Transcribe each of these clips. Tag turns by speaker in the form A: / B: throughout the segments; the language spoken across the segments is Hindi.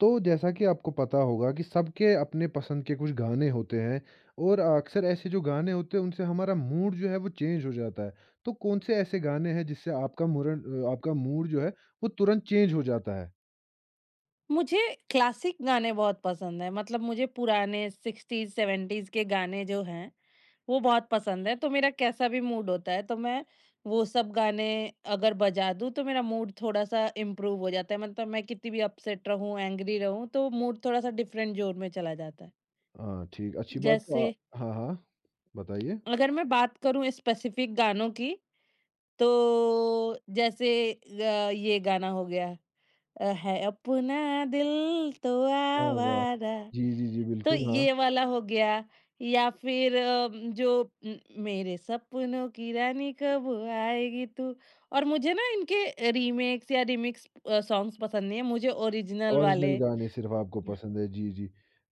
A: तो जैसा कि आपको पता होगा कि सबके अपने पसंद के कुछ गाने होते हैं। और अक्सर ऐसे जो गाने होते हैं उनसे हमारा मूड जो है वो चेंज हो जाता है। तो कौन से ऐसे गाने हैं जिससे आपका मूड, आपका मूड जो है वो तुरंत चेंज हो जाता है।
B: मुझे क्लासिक गाने बहुत पसंद हैं। मतलब मुझे पुराने 60s 70s के गाने जो हैं, वो बहुत पसंद है। तो मेरा कैसा भी मूड होता है, तो मैं वो सब गाने अगर बजा दूँ, तो मेरा मूड थोड़ा-सा इम्प्रूव हो जाता है। मतलब मैं कितनी भी अपसेट रहूँ, एंग्री रहूँ, तो मूड थोड़ा-सा डिफरेंट जोन में चला जाता है।
A: हाँ ठीक, अच्छी बात।
B: जैसे
A: हाँ हाँ, बताइए।
B: अगर मैं बात करूँ स्पेसिफिक गानों की, तो जैसे ये गाना हो गया, है अपना, दिल तो
A: हाँ वाह,
B: आवारा।
A: जी जी जी,
B: तो
A: बिल्कुल हाँ।
B: ये वाला हो गया। या फिर जो मेरे सपनों की रानी कब आएगी तू। और मुझे ना इनके रीमेक्स या रिमिक्स सॉन्ग्स पसंद नहीं है, मुझे ओरिजिनल
A: ओरिजिनल
B: वाले।
A: गाने सिर्फ़ आपको पसंद है, जी, जी।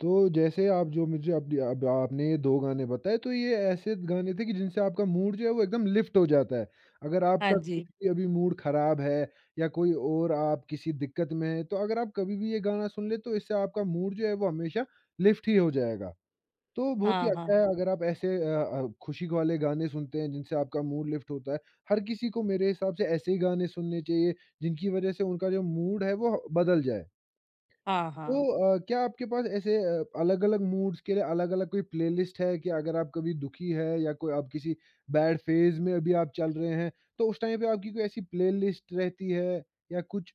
A: तो जैसे आप जो मुझे अपनी, अब आपने ये 2 गाने बताए, तो ये ऐसे गाने थे कि जिनसे आपका मूड जो है वो एकदम लिफ्ट हो जाता है। अगर
B: हाँ
A: आपका कुछ
B: जी।
A: भी अभी मूड ख़राब है या कोई और, आप किसी दिक्कत में हैं, तो अगर आप कभी भी ये गाना सुन लें, तो इससे आपका मूड जो है वो हमेशा लिफ्ट ही हो जाएगा। तो बहुत ही
B: हाँ,
A: अच्छा
B: हाँ।
A: है अगर आप ऐसे खुशी वाले गाने सुनते हैं जिनसे आपका मूड लिफ्ट होता है। हर किसी को मेरे हिसाब से ऐसे ही गाने सुनने चाहिए, जिनकी वज़ह से उनका जो मूड है वो बदल जाए।
B: हाँ,
A: तो
B: हाँ।
A: क्या आपके पास ऐसे अलग-अलग मूड्स के लिए अलग-अलग कोई प्लेलिस्ट है कि अगर आप कभी दुखी है या कोई, आप किसी बैड फेज़ में अभी आप चल रहे हैं, तो उस टाइम पे आपकी कोई ऐसी प्लेलिस्ट रहती है या कुछ?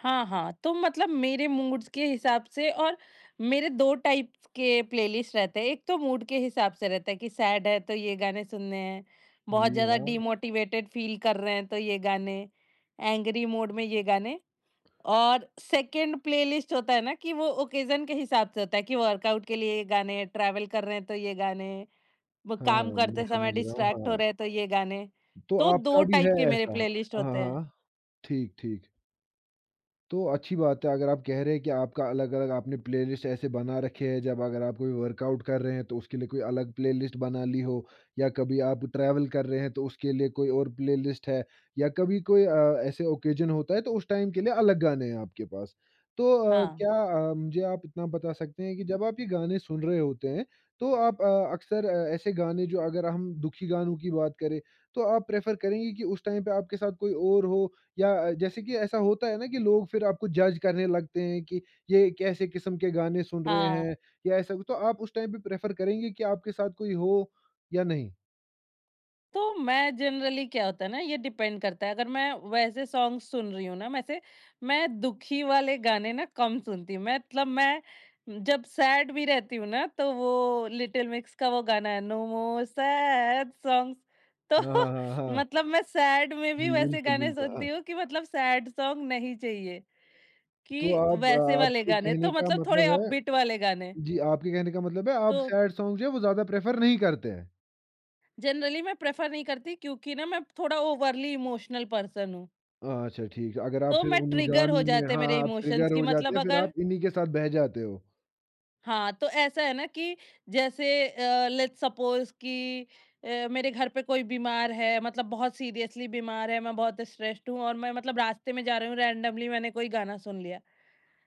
B: हाँ, हाँ, तो मतलब मेरे मूड्स के हिसाब से और मेरे 2 टाइप के प्लेलिस्ट रहते हैं। एक तो मूड के हिसाब से रहता है कि सैड है तो ये गाने सुनने हैं,
A: जी,
B: बहुत ज़्यादा
A: हाँ।
B: डिमोटिवेटेड फील कर रहे हैं तो ये गाने, एंग्री मोड में ये गाने। और सेकंड प्लेलिस्ट होता है ना कि वो ओकेज़न के हिसाब से होता है कि वर्कआउट के लिए ये गाने, ट्रैवल कर रहे हैं तो ये गाने, वो
A: हाँ, हाँ,
B: काम
A: मैं
B: करते समय
A: समझ रहा हूँ,
B: डिस्ट्रैक्ट हो
A: हाँ।
B: रहे हैं तो ये गाने।
A: तो
B: तो 2
A: आपका भी है
B: टाइप के मेरे
A: ऐसा?
B: प्लेलिस्ट
A: हाँ,
B: होते
A: हाँ।
B: हैं।
A: हाँ, ठीक, ठीक। तो अच्छी बात है अगर आप कह रहे हैं कि आपका अलग-अलग आपने प्लेलिस्ट ऐसे बना रखे हैं, जब अगर आप कोई वर्कआउट कर रहे हैं तो उसके लिए कोई अलग प्लेलिस्ट बना ली हो या कभी आप ट्रैवल कर रहे हैं तो उसके लिए कोई और प्लेलिस्ट है या कभी कोई ऐसे ओकेजन होता है तो उस टाइम के लिए अलग गाने हैं आपके पास। तो
B: हाँ,
A: क्या, मुझे आप इतना बता सकते हैं कि जब आप ये गाने सुन रहे होते हैं तो आप अक्सर ऐसे गाने, जो अगर हम दुखी गानों की बात करें, तो आप प्रेफ़र करेंगे कि उस टाइम पे आपके साथ कोई और हो या जैसे कि ऐसा होता है ना कि लोग फिर आपको जज करने लगते हैं कि ये कैसे किस्म के गाने सुन रहे
B: हाँ।
A: हैं या ऐसा कुछ, तो आप उस टाइम पे प्रेफ़र करेंगे कि आपके साथ कोई हो या नहीं?
B: तो मैं जनरली, क्या होता है ना, ये डिपेंड करता है। अगर मैं वैसे सॉन्ग सुन रही हूँ ना, वैसे मैं दुखी वाले गाने ना कम सुनती हूँ। मैं मतलब मैं जब सैड भी रहती हूँ ना, तो वो लिटिल मिक्स का वो गाना है, नो मोर सैड सॉन्ग्स। तो
A: हाँ, हाँ, हाँ, हाँ।
B: मतलब मैं सैड में भी
A: जी,
B: वैसे
A: बिल्कुल,
B: गाने
A: बिल्कुल। हाँ,
B: सुनती हूँ कि मतलब सैड सॉन्ग नहीं चाहिए।
A: तो
B: कि
A: आप,
B: वैसे वाले
A: आपके
B: गाने,
A: कहने
B: तो
A: का
B: मतलब थोड़े
A: मतलब है,
B: अपबीट वाले गाने।
A: जी, आपके कहने का मतलब है आप
B: तो
A: सैड सॉन्ग जो है वो ज़्यादा प्रेफ़र नहीं करते हैं?
B: जनरली मैं प्रेफर नहीं करती, क्योंकि ना मैं थोड़ा ओवरली इमोशनल पर्सन हूँ।
A: अच्छा ठीक है, अगर आप
B: तो
A: फिर
B: मैं
A: उन्हीं
B: ट्रिगर हो
A: गानों में
B: जाते,
A: हाँ,
B: मेरे
A: आप
B: इमोशंस
A: ट्रिगर
B: की
A: हो जाते
B: मतलब
A: हैं, फिर
B: अगर,
A: आप इन्हीं के साथ बह जाते हो।
B: हाँ, तो ऐसा है ना कि जैसे लेट्स सपोज़ कि मेरे घर पे कोई बीमार है, मतलब बहुत सीरियसली बीमार है, मैं बहुत स्ट्रेस्ड हूँ, और मैं मतलब रास्ते में जा रही हूँ, रैंडमली मैंने कोई गाना सुन लिया।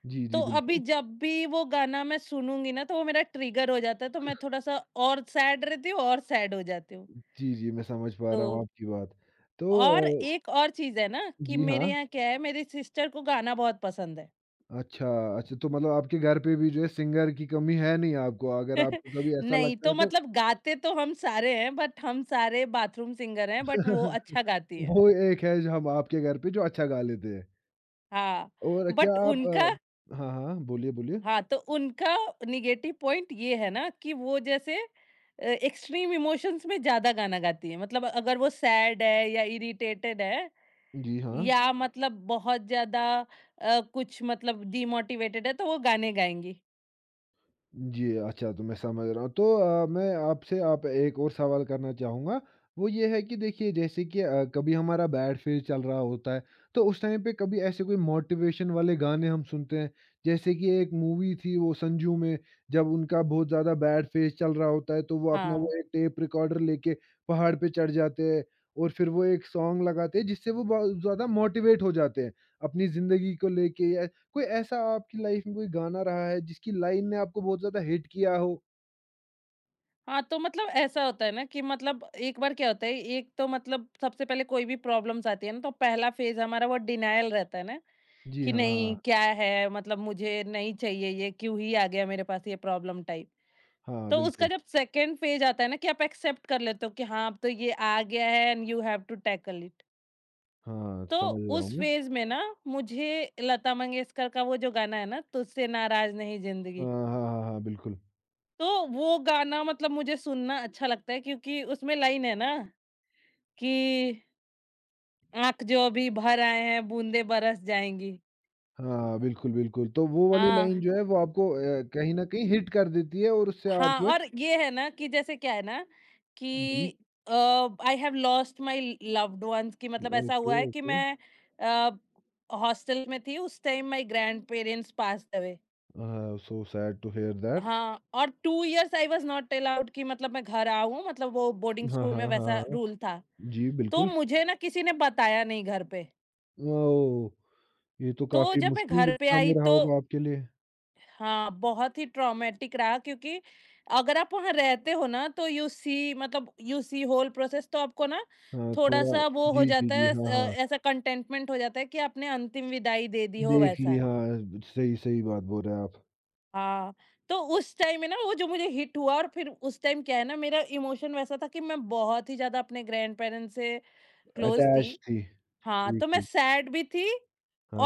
A: जी, जी,
B: तो अभी
A: बिल्कुल।
B: जब भी वो गाना मैं सुनूँगी ना, तो वो मेरा ट्रिगर हो जाता है, तो मैं थोड़ा-सा और सैड रहती हूँ और सैड हो जाती हूँ।
A: जी, जी, मैं समझ पा
B: तो
A: रहा हूँ आपकी बात।
B: और
A: तो
B: एक और चीज़ है ना कि
A: जी,
B: मेरे
A: हाँ।
B: यहाँ क्या है, मेरी सिस्टर को गाना बहुत पसंद है।
A: अच्छा, अच्छा तो मतलब आपके घर पे भी जो है सिंगर की कमी है नहीं आपको, अगर आपको कभी ऐसा
B: नहीं,
A: लगता
B: तो
A: है तो।
B: मतलब गाते तो हम सारे हैं, बट हम सारे बाथरूम सिंगर हैं, बट वो
A: वो
B: अच्छा गाती हैं।
A: एक है जो हम आपके घर पे जो अच्छा गा लेते हैं।
B: हाँ,
A: और क्या
B: बट
A: आप
B: उनका,
A: हाँ, हाँ, बोलिए, बोलिए।
B: हाँ, तो उनका नेगेटिव पॉइंट ये है ना कि वो जैसे एक्सट्रीम इमोशंस में ज़्यादा गाना गाती हैं। मतलब अगर वो सैड है या इरिटेटेड है
A: जी, हाँ।
B: या मतलब बहुत ज़्यादा कुछ, मतलब डिमोटिवेटेड है, तो वो गाने गाएँगी।
A: जी, अच्छा तो मैं समझ रहा हूँ। तो मैं आपसे, आप एक और सवाल करना चाहूँगा, वो ये है कि देखिए जैसे कि कभी हमारा बैड फेज़ चल रहा होता है, तो उस टाइम पे कभी ऐसे कोई मोटिवेशन वाले गाने हम सुनते हैं, जैसे कि एक मूवी थी वो संजू में, जब उनका बहुत ज़्यादा बैड फेज़ चल रहा होता है, तो वो अपना, वो
B: हाँ।
A: एक टेप रिकॉर्डर लेके पहाड़ पे चढ़ जाते हैं और फिर वो एक सॉन्ग लगाते हैं जिससे वो बहुत ज़्यादा मोटिवेट हो जाते हैं, अपनी ज़िंदगी को लेके, या कोई ऐसा आपकी लाइफ में कोई गाना रहा है जिसकी लाइन ने आपको बहुत ज़्यादा हिट किया हो?
B: हाँ, तो मतलब ऐसा होता है ना कि मतलब एक बार क्या होता है, एक तो मतलब सबसे पहले कोई भी प्रॉब्लम्स आती है ना, तो पहला फ़ेज़ हमारा वो डिनायल रहता है ना,
A: जी,
B: कि
A: हाँ, हाँ,
B: नहीं,
A: हाँ।
B: क्या है, मतलब मुझे नहीं चाहिए ये, क्यों ही आ गया मेरे पास ये प्रॉब्लम टाइप।
A: हाँ,
B: तो उसका
A: बिल्कुल।
B: जब सेकंड फ़ेज़ आता है ना कि आप एक्सेप्ट कर लेते हो कि हाँ, अब तो ये आ गया है, and you have to tackle it.
A: हाँ,
B: तो
A: समझ रहा हूँ
B: उस
A: मैं।
B: फ़ेज़ में ना मुझे लता मंगेशकर का वो जो गाना है ना, तुझसे नाराज़ नहीं
A: हाँ,
B: ज़िंदगी,
A: हाँ, हाँ, हाँ, बिल्कुल।
B: तो वो गाना मतलब मुझे सुनना अच्छा लगता है, क्योंकि उसमें लाइन है ना कि आँख जो अभी भर आए हैं, बूंदें बरस जाएँगी।
A: हाँ, बिल्कुल, बिल्कुल। तो वो वाली
B: हाँ,
A: लाइन जो है वो आपको कहीं न कहीं हिट कर देती है और उससे आप
B: हाँ।
A: जो है,
B: और ये है ना कि जैसे क्या है ना कि
A: जी,
B: uh, I have lost my loved ones, कि मतलब ऐसा
A: ओके,
B: हुआ है कि
A: ओके।
B: मैं अ, हॉस्टल में थी, उस time my grandparents passed away.
A: So sad to hear that.
B: हाँ, और 2 years I was not allowed, कि मतलब मैं घर आऊँ, मतलब वो बोर्डिंग
A: हाँ,
B: स्कूल
A: हाँ,
B: में
A: हाँ,
B: वैसा
A: हाँ।
B: रूल था।
A: जी,
B: तो
A: बिल्कुल।
B: मुझे ना किसी ने बताया नहीं घर पे।
A: ओह! ये तो
B: तो
A: काफ़ी
B: जब मैं
A: मुश्किल
B: घर पे आई,
A: समय रहा
B: तो
A: होगा आपके लिए।
B: हाँ, बहुत ही ट्रॉमेटिक रहा, क्योंकि अगर आप वहाँ रहते हो ना तो यू सी, मतलब यू सी होल प्रोसेस, तो आपको ना
A: हाँ, थोड़ा।
B: थोड़ा-सा वो हो
A: जी, जी,
B: जाता
A: जी।
B: है,
A: हाँ, हाँ।
B: ऐसा कंटेंटमेंट हो जाता है कि आपने अंतिम विदाई दे दी हो
A: देख ली,
B: वैसा।
A: हाँ, सही, सही बात बोल रहे हैं आप।
B: हाँ, तो उस टाइम में ना वो जो मुझे हिट हुआ, और फिर उस टाइम क्या है ना, मेरा इमोशन वैसा था कि मैं बहुत ही ज़्यादा अपने ग्रैंड पेरेंट्स से क्लोज़
A: अटैच
B: थी।
A: थी।
B: हाँ,
A: ठीक,
B: तो मैं
A: ठीक।
B: सैड भी थी,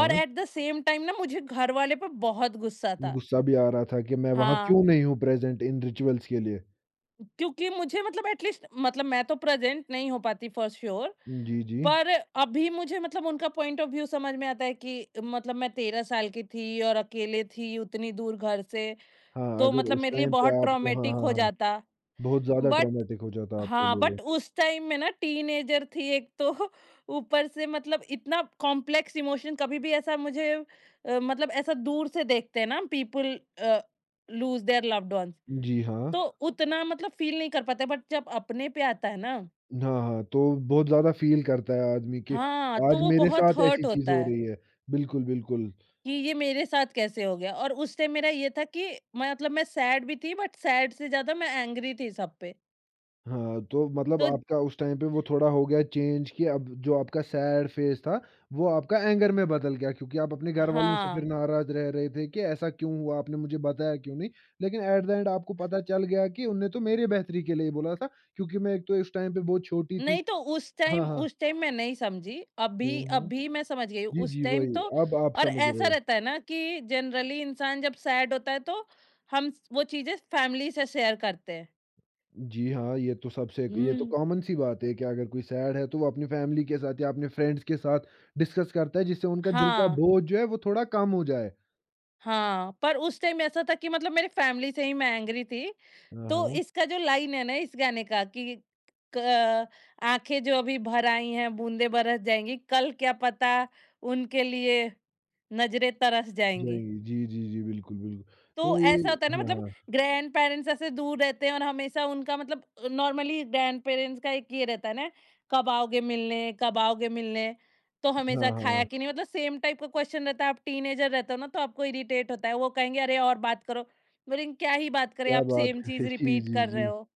B: और एट द सेम टाइम ना मुझे घर वाले पे बहुत गुस्सा था।
A: गुस्सा भी आ रहा था कि मैं वहाँ
B: हाँ।
A: क्यों नहीं हूँ प्रेज़ेंट इन रिचुअल्स के लिए?
B: क्योंकि मुझे मतलब एटलीस्ट मतलब मैं तो प्रेजेंट नहीं हो पाती फॉर श्योर,
A: जी, जी।
B: पर अभी मुझे, मतलब उनका पॉइंट ऑफ व्यू समझ में आता है कि मतलब मैं 13 साल की थी और अकेले थी उतनी दूर घर से,
A: हाँ,
B: तो
A: अगर
B: मतलब
A: उस
B: मेरे लिए
A: टाइम पे
B: बहुत
A: आपको हाँ,
B: ट्रॉमेटिक हो
A: हाँ, हाँ,
B: जाता।
A: बहुत ज़्यादा
B: बट
A: ट्रॉमेटिक हो जाता आपके
B: हाँ,
A: लिए वो।
B: बट उस टाइम में ना टीनेजर थी एक तो ऊपर से मतलब इतना कॉम्प्लेक्स इमोशन कभी भी ऐसा मुझे, मतलब ऐसा दूर से देखते हैं ना, पीपल लूज देयर लव्ड,
A: जी हाँ।
B: तो उतना मतलब फ़ील नहीं कर पाते, बट जब अपने पे आता है ना, हाँ।
A: हाँ, हाँ, तो बहुत ज़्यादा फ़ील करता है आदमी कि
B: हाँ, तो
A: आज
B: वो
A: मेरे
B: बहुत
A: साथ ऐसी
B: हर्ट
A: चीज़
B: होता
A: हो
B: है
A: रही है। बिल्कुल, बिल्कुल।
B: कि ये मेरे साथ कैसे हो गया। और उस टाइम मेरा ये था कि मैं, मतलब मैं सैड भी थी, बट सैड से ज़्यादा मैं एंग्री थी सब पे।
A: हाँ, तो मतलब
B: तो
A: आपका उस टाइम पे वो थोड़ा हो गया चेंज कि अब जो आपका सैड फेस था, वो आपका एंगर में बदल गया क्योंकि आप अपने घरवालों से फिर
B: हाँ,
A: नाराज़ रह रहे थे कि ऐसा क्यों हुआ? आपने मुझे बताया क्यों नहीं? लेकिन एट द एंड आपको पता चल गया कि उनने तो मेरे बेहतरी के लिए ही बोला था क्योंकि मैं एक तो उस टाइम पे बहुत छोटी थी।
B: नहीं, तो उस
A: हाँ,
B: टाइम
A: हाँ।
B: उस टाइम मैं नहीं समझी,
A: हुँ,
B: अभी
A: हुँ।
B: अभी मैं समझ गई हूँ।
A: जी,
B: उस
A: जी,
B: टाइम
A: वही।
B: तो,
A: अब आप
B: और
A: समझ रहे
B: ऐसा
A: हो।
B: रहता है ना कि जनरली इंसान जब सैड होता है, तो हम स वो चीज़ें फैमिली से शेयर करते हैं।
A: जी हाँ, ये तो सबसे, ये तो
B: हुँ,
A: कॉमन सी बात है कि अगर कोई सैड है तो वो अपनी फैमिली के साथ या अपने फ्रेंड्स के साथ डिस्कस करता है जिससे उनका दिल का
B: हाँ।
A: बोझ जो है वो थोड़ा कम हो जाए।
B: हाँ, पर उस टाइम ऐसा था कि मतलब मेरे फैमिली से ही मैं एंग्री थी,
A: हाँ,
B: तो
A: हाँ,
B: इसका जो लाइन है ना इस गाने का कि क आँखें जो अभी भर आई हैं, बूँदें बरस जाएँगी, कल क्या पता उनके लिए नज़रें तरस जाएँगी।
A: जाएँगी। जी, जी, जी, बिल्कुल, बिल्कुल।
B: तो
A: तो ये,
B: ऐसा होता है ना,
A: हाँ,
B: मतलब
A: हाँ।
B: ग्रैंड-पेरेंट्स ऐसे दूर रहते हैं, और हमेशा उनका मतलब नॉर्मली ग्रैंड-पेरेंट्स का एक ये रहता है ना, कब आओगे मिलने, कब आओगे मिलने? तो
A: हाँ,
B: हमेशा
A: हाँ।
B: खाया
A: हाँ,
B: कि नहीं, मतलब सेम टाइप का क्वेश्चन रहता है। आप टीनेजर रहते हो ना, तो आपको इरिटेट होता है। वो कहेंगे अरे और बात करो। बोलेंगे क्या ही बात करें,
A: क्या
B: आप
A: बात
B: सेम
A: करें।
B: चीज़
A: जी,
B: रिपीट
A: जी,
B: कर रहे
A: जी।
B: हो।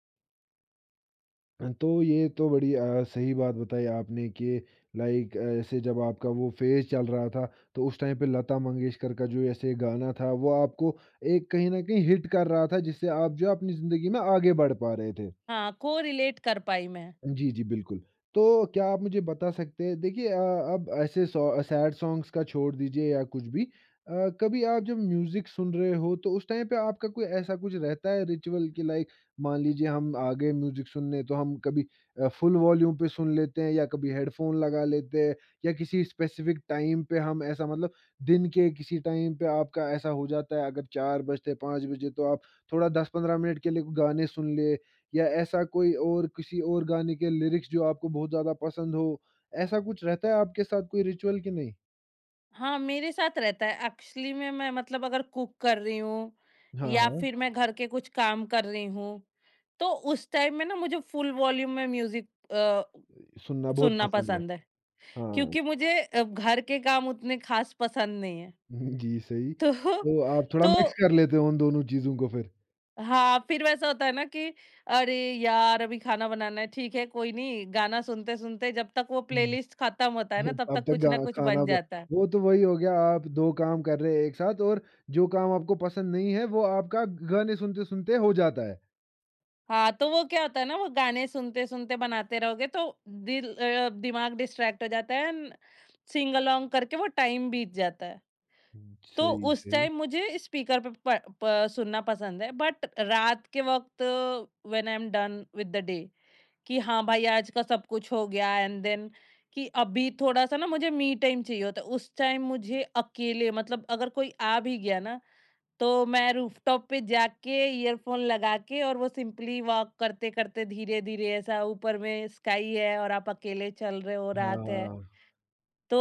A: तो ये तो बड़ी सही बात बताई आपने कि लाइक ऐसे जब आपका वो फेज़ चल रहा था, तो उस टाइम पे लता मंगेशकर का जो ऐसे गाना था, वो आपको एक कहीं न कहीं हिट कर रहा था, जिससे आप जो है अपनी ज़िंदगी में आगे बढ़ पा रहे थे।
B: हाँ, को-रिलेट कर पाई मैं।
A: जी, जी, बिल्कुल। तो क्या आप मुझे बता सकते हैं, देखिए अब ऐसे सॉ सैड सॉन्ग्स का छोड़ दीजिए या कुछ भी, अ, कभी आप जब म्यूज़िक सुन रहे हो तो उस टाइम पे आपका कोई ऐसा कुछ रहता है रिचुअल कि लाइक, मान लीजिए हम आ गए म्यूज़िक सुनने तो हम कभी फुल वॉल्यूम पे सुन लेते हैं या कभी हेडफ़ोन लगा लेते हैं या किसी स्पेसिफ़िक टाइम पे हम ऐसा मतलब, दिन के किसी टाइम पे आपका ऐसा हो जाता है अगर 4 बजते 5 बजे तो आप थोड़ा 10-15 मिनट के लिए गाने सुन ले, या ऐसा कोई और किसी और गाने के लिरिक्स जो आपको बहुत ज़्यादा पसंद हो, ऐसा कुछ रहता है आपके साथ कोई रिचुअल कि नहीं?
B: हाँ, मेरे साथ रहता है। एक्चुअली में मैं मतलब अगर कुक कर रही हूँ
A: हाँ,
B: या
A: हाँ,
B: फिर मैं घर के कुछ काम कर रही हूँ, तो उस टाइम में ना मुझे फुल वॉल्यूम में म्यूज़िक
A: सुनना बहुत
B: सुनना
A: पसंद है।
B: पसंद है।
A: हाँ,
B: क्योंकि मुझे घर के काम उतने ख़ास पसंद नहीं है।
A: जी सही।
B: तो
A: तो आप थोड़ा
B: तो
A: मिक्स कर लेते हो उन दोनों चीज़ों को फिर?
B: हाँ, फिर वैसा होता है ना कि अरे यार! अभी खाना बनाना है, ठीक है, कोई नहीं, गाना सुनते-सुनते जब तक वो
A: हुँ,
B: प्लेलिस्ट ख़त्म होता है ना, तब
A: तब
B: तक
A: तक
B: कुछ
A: गा
B: ना कुछ
A: खाना
B: बन
A: ब,
B: जाता है।
A: वो तो वही हो गया, आप 2 काम कर रहे हैं एक साथ, और जो काम आपको पसंद नहीं है वो आपका गाने सुनते-सुनते हो जाता है।
B: हाँ, तो वो क्या होता है ना, वो गाने सुनते-सुनते बनाते रहोगे तो दिल, दिमाग डिस्ट्रैक्ट हो जाता है, एंड सिंग अलोंग करके वो टाइम बीत जाता है। तो
A: सही,
B: उस
A: सही।
B: टाइम मुझे स्पीकर पे प प सुनना पसंद है, बट रात के वक़्त when I am done with the day, कि हाँ भाई, आज का सब कुछ हो गया, एंड देन, कि अभी थोड़ा-सा ना मुझे मी टाइम चाहिए होता है। उस टाइम मुझे अकेले, मतलब अगर कोई आ भी गया ना, तो मैं रूफटॉप पे जाके ईयरफ़ोन लगा के, और वो सिंपली वॉक करते-करते, धीरे-धीरे, ऐसा ऊपर में स्काई है और आप अकेले चल रहे हो,
A: हाँ,
B: रात है।
A: हाँ,
B: तो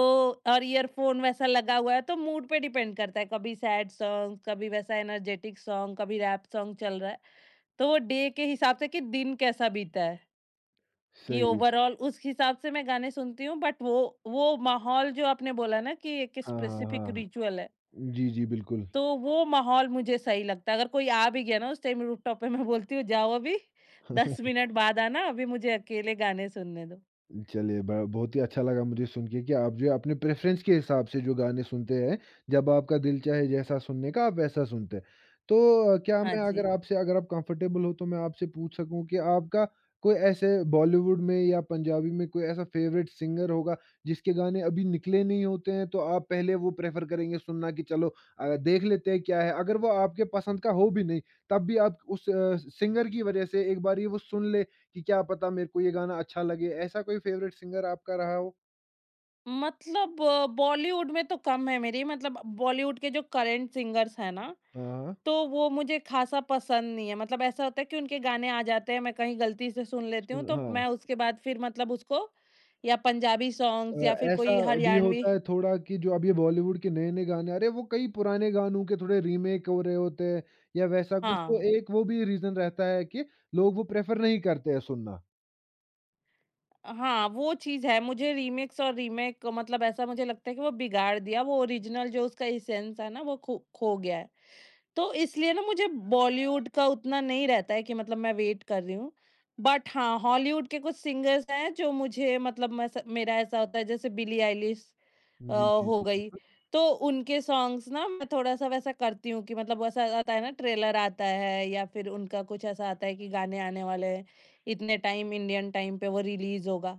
B: और ईयरफ़ोन वैसा लगा हुआ है, तो मूड पे डिपेंड करता है, कभी सैड सॉन्ग, कभी वैसा एनर्जेटिक सॉन्ग, कभी रैप सॉन्ग चल रहा है। तो वो डे के हिसाब से कि दिन कैसा बीता है, कि
A: सही।
B: ओवरऑल उस हिसाब से मैं गाने सुनती हूँ, बट वो माहौल जो आपने बोला ना कि एक
A: हाँ, हाँ,
B: स्पेसिफिक
A: हाँ।
B: रिचुअल है।
A: जी, जी, बिल्कुल।
B: तो वो माहौल मुझे सही लगता है। अगर कोई आ भी गया ना उस टाइम रूफटॉप पे, मैं बोलती हूँ जाओ अभी, 10 मिनट बाद आना, अभी मुझे अकेले गाने सुनने दो।
A: चलिए, ब बहुत ही अच्छा लगा मुझे सुन के कि आप जो है अपने प्रेफ़रेंस के हिसाब से जो गाने सुनते हैं, जब आपका दिल चाहे जैसा सुनने का आप वैसा सुनते हैं। तो क्या
B: हाँ
A: मैं, अगर
B: जी।
A: आपसे, अगर आप कंफ़र्टेबल हो तो मैं आपसे पूछ सकूँ कि आपका कोई ऐसे बॉलीवुड में या पंजाबी में कोई ऐसा फ़ेवरेट सिंगर होगा जिसके गाने अभी निकले नहीं होते हैं, तो आप पहले वो प्रेफ़र करेंगे सुनना कि चलो देख लेते हैं क्या है। अगर वो आपके पसंद का हो भी नहीं, तब भी आप उस सिंगर की वज़ह से एक बार ये वो सुन ले कि क्या पता मेरे को ये गाना अच्छा लगे, ऐसा कोई फ़ेवरेट सिंगर आपका रहा हो?
B: मतलब बॉलीवुड में तो कम है मेरी, मतलब बॉलीवुड के जो करंट सिंगर्स हैं ना,
A: हाँ।
B: तो वो मुझे खासा पसंद नहीं है। मतलब ऐसा होता है कि उनके गाने आ जाते हैं, मैं कहीं गलती से सुन लेती हूँ,
A: सुन
B: तो
A: हाँ।
B: मैं उसके बाद फिर मतलब उसको, या पंजाबी
A: अ,
B: सॉन्ग्स या फिर
A: ऐसा
B: कोई
A: भी
B: हरियाणवी।
A: होता है थोड़ा कि जो अब ये बॉलीवुड के नए-नए गाने आ रहे हैं, वो कई पुराने गानों के थोड़े रीमेक हो रहे होते हैं या वैसा कुछ, तो
B: हाँ।
A: एक वो भी रीज़न रहता है कि लोग वो प्रेफ़र नहीं करते हैं सुनना।
B: हाँ, वो चीज़ है। मुझे रीमिक्स और रीमेक, मतलब ऐसा मुझे लगता है कि वो बिगाड़ दिया, वो ओरिजिनल जो उसका एसेंस है ना, वो खो खो गया है। तो इसलिए ना मुझे बॉलीवुड का उतना नहीं रहता है कि मतलब मैं वेट कर रही हूँ। बट हाँ, हॉलीवुड के कुछ सिंगर्स हैं जो मुझे, मतलब मैं स मेरा ऐसा होता है, जैसे बिली आइलिश
A: जी, जी,
B: हो
A: जी,
B: गई,
A: जी।
B: तो उनके सॉन्ग्स ना मैं थोड़ा-सा वैसा करती हूँ कि मतलब वैसा आता है ना, ट्रेलर आता है या फिर उनका कुछ ऐसा आता है कि गाने आने वाले हैं, इतने टाइम, इंडियन टाइम पे वो रिलीज़ होगा।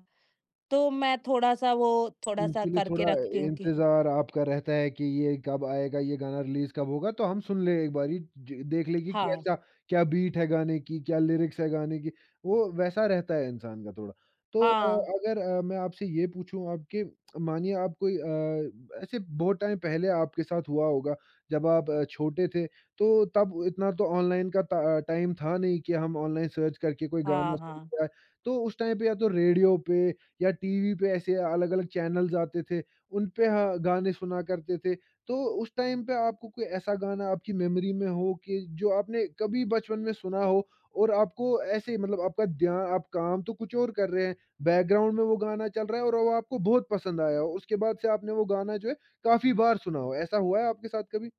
B: तो मैं थोड़ा-सा वो, थोड़ा-सा
A: उनके लिए
B: करके
A: थोड़ा
B: रखती हूँ कि
A: इंतज़ार आपका रहता है कि ये कब आएगा, ये गाना रिलीज़ कब होगा, तो हम सुन लें एक बारी, ज देख लें कि
B: हाँ,
A: कैसा क्या बीट है गाने की, क्या लिरिक्स है गाने की, वो वैसा रहता है इंसान का थोड़ा। तो
B: हाँ,
A: अगर मैं आपसे ये पूछूँ आपके, मानिए आप कोई ऐसे बहुत टाइम पहले आपके साथ हुआ होगा, जब आप छोटे थे, तो तब इतना तो ऑनलाइन का ता टाइम था नहीं कि हम ऑनलाइन सर्च करके कोई गाना
B: हाँ,
A: सुन
B: हाँ।
A: के आएँ। तो उस टाइम पे या तो रेडियो पे या टीवी पे ऐसे अलग-अलग चैनल्स आते थे, उन पे ह गाने सुना करते थे। तो उस टाइम पे आपको कोई ऐसा गाना आपकी मेमोरी में हो कि जो आपने कभी बचपन में सुना हो और आपको ऐसे ही मतलब आपका ध्यान आप काम तो कुछ और कर रहे हैं, बैकग्राउंड में वो गाना चल रहा है और वो आपको बहुत पसंद आया हो, उसके बाद से आपने वो गाना जो है काफ़ी बार सुना हो, ऐसा हुआ है आपके साथ कभी?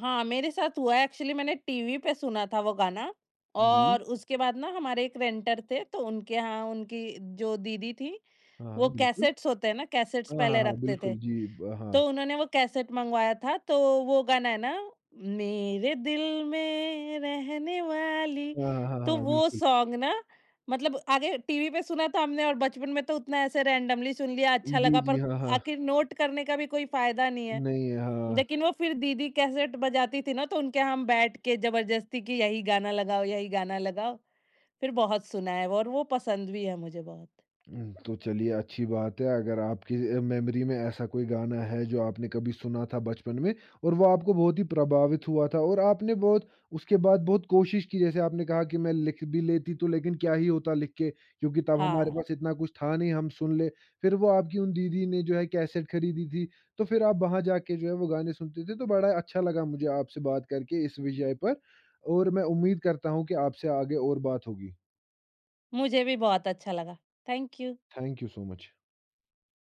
B: हाँ, मेरे साथ हुआ है। एक्चुअली मैंने टीवी पे सुना था वो गाना,
A: जी।
B: और उसके बाद ना हमारे एक रेंटर थे, तो उनके यहाँ उनकी जो दीदी थी,
A: हाँ,
B: वो
A: हाँ, बिल्कुल।
B: कैसेट्स होते हैं ना, कैसेट्स
A: हाँ, हाँ,
B: पहले
A: हाँ,
B: रखते थे।
A: बिल्कुल जी, ब हाँ।
B: तो उन्होंने वो कैसेट मँगवाया था, तो वो गाना है ना, मेरे दिल में रहने वाली,
A: हाँ, हाँ, हाँ,
B: तो
A: हाँ,
B: वो
A: बिल्कुल।
B: सॉन्ग ना, मतलब आगे टीवी पे सुना था हमने, और बचपन में तो उतना ऐसे रैंडमली सुन लिया, अच्छा
A: जी,
B: लगा,
A: जी,
B: पर
A: हाँ, हाँ।
B: आखिर नोट करने का भी कोई फ़ायदा नहीं है।
A: नहीं, हाँ।
B: लेकिन वो फिर दीदी कैसेट बजाती थी ना, तो उनके यहाँ हम बैठ के ज़बरदस्ती कि यही गाना लगाओ, फिर बहुत सुना है वो, और वो पसंद भी है मुझे बहुत।
A: हुँ, तो चलिए अच्छी बात है अगर आपकी मेमोरी में ऐसा कोई गाना है जो आपने कभी सुना था बचपन में और वो आपको बहुत ही प्रभावित हुआ था और आपने बहुत, उसके बाद बहुत कोशिश की, जैसे आपने कहा कि मैं लिख भी लेती तो, लेकिन क्या ही होता लिख के क्योंकि तब हमारे
B: हाँ,
A: पास इतना कुछ था नहीं हम सुन ले। फिर वो आपकी उन दीदी ने जो है कैसेट खरीदी थी, तो फिर आप वहाँ जाके जो है वो गाने सुनते थे, तो बड़ा अच्छा लगा मुझे आपसे बात करके इस विषय पर और मैं उम्मीद करता हूँ कि आपसे आगे और बात होगी।
B: मुझे भी बहुत अच्छा लगा। Thank you.
A: Thank you so much.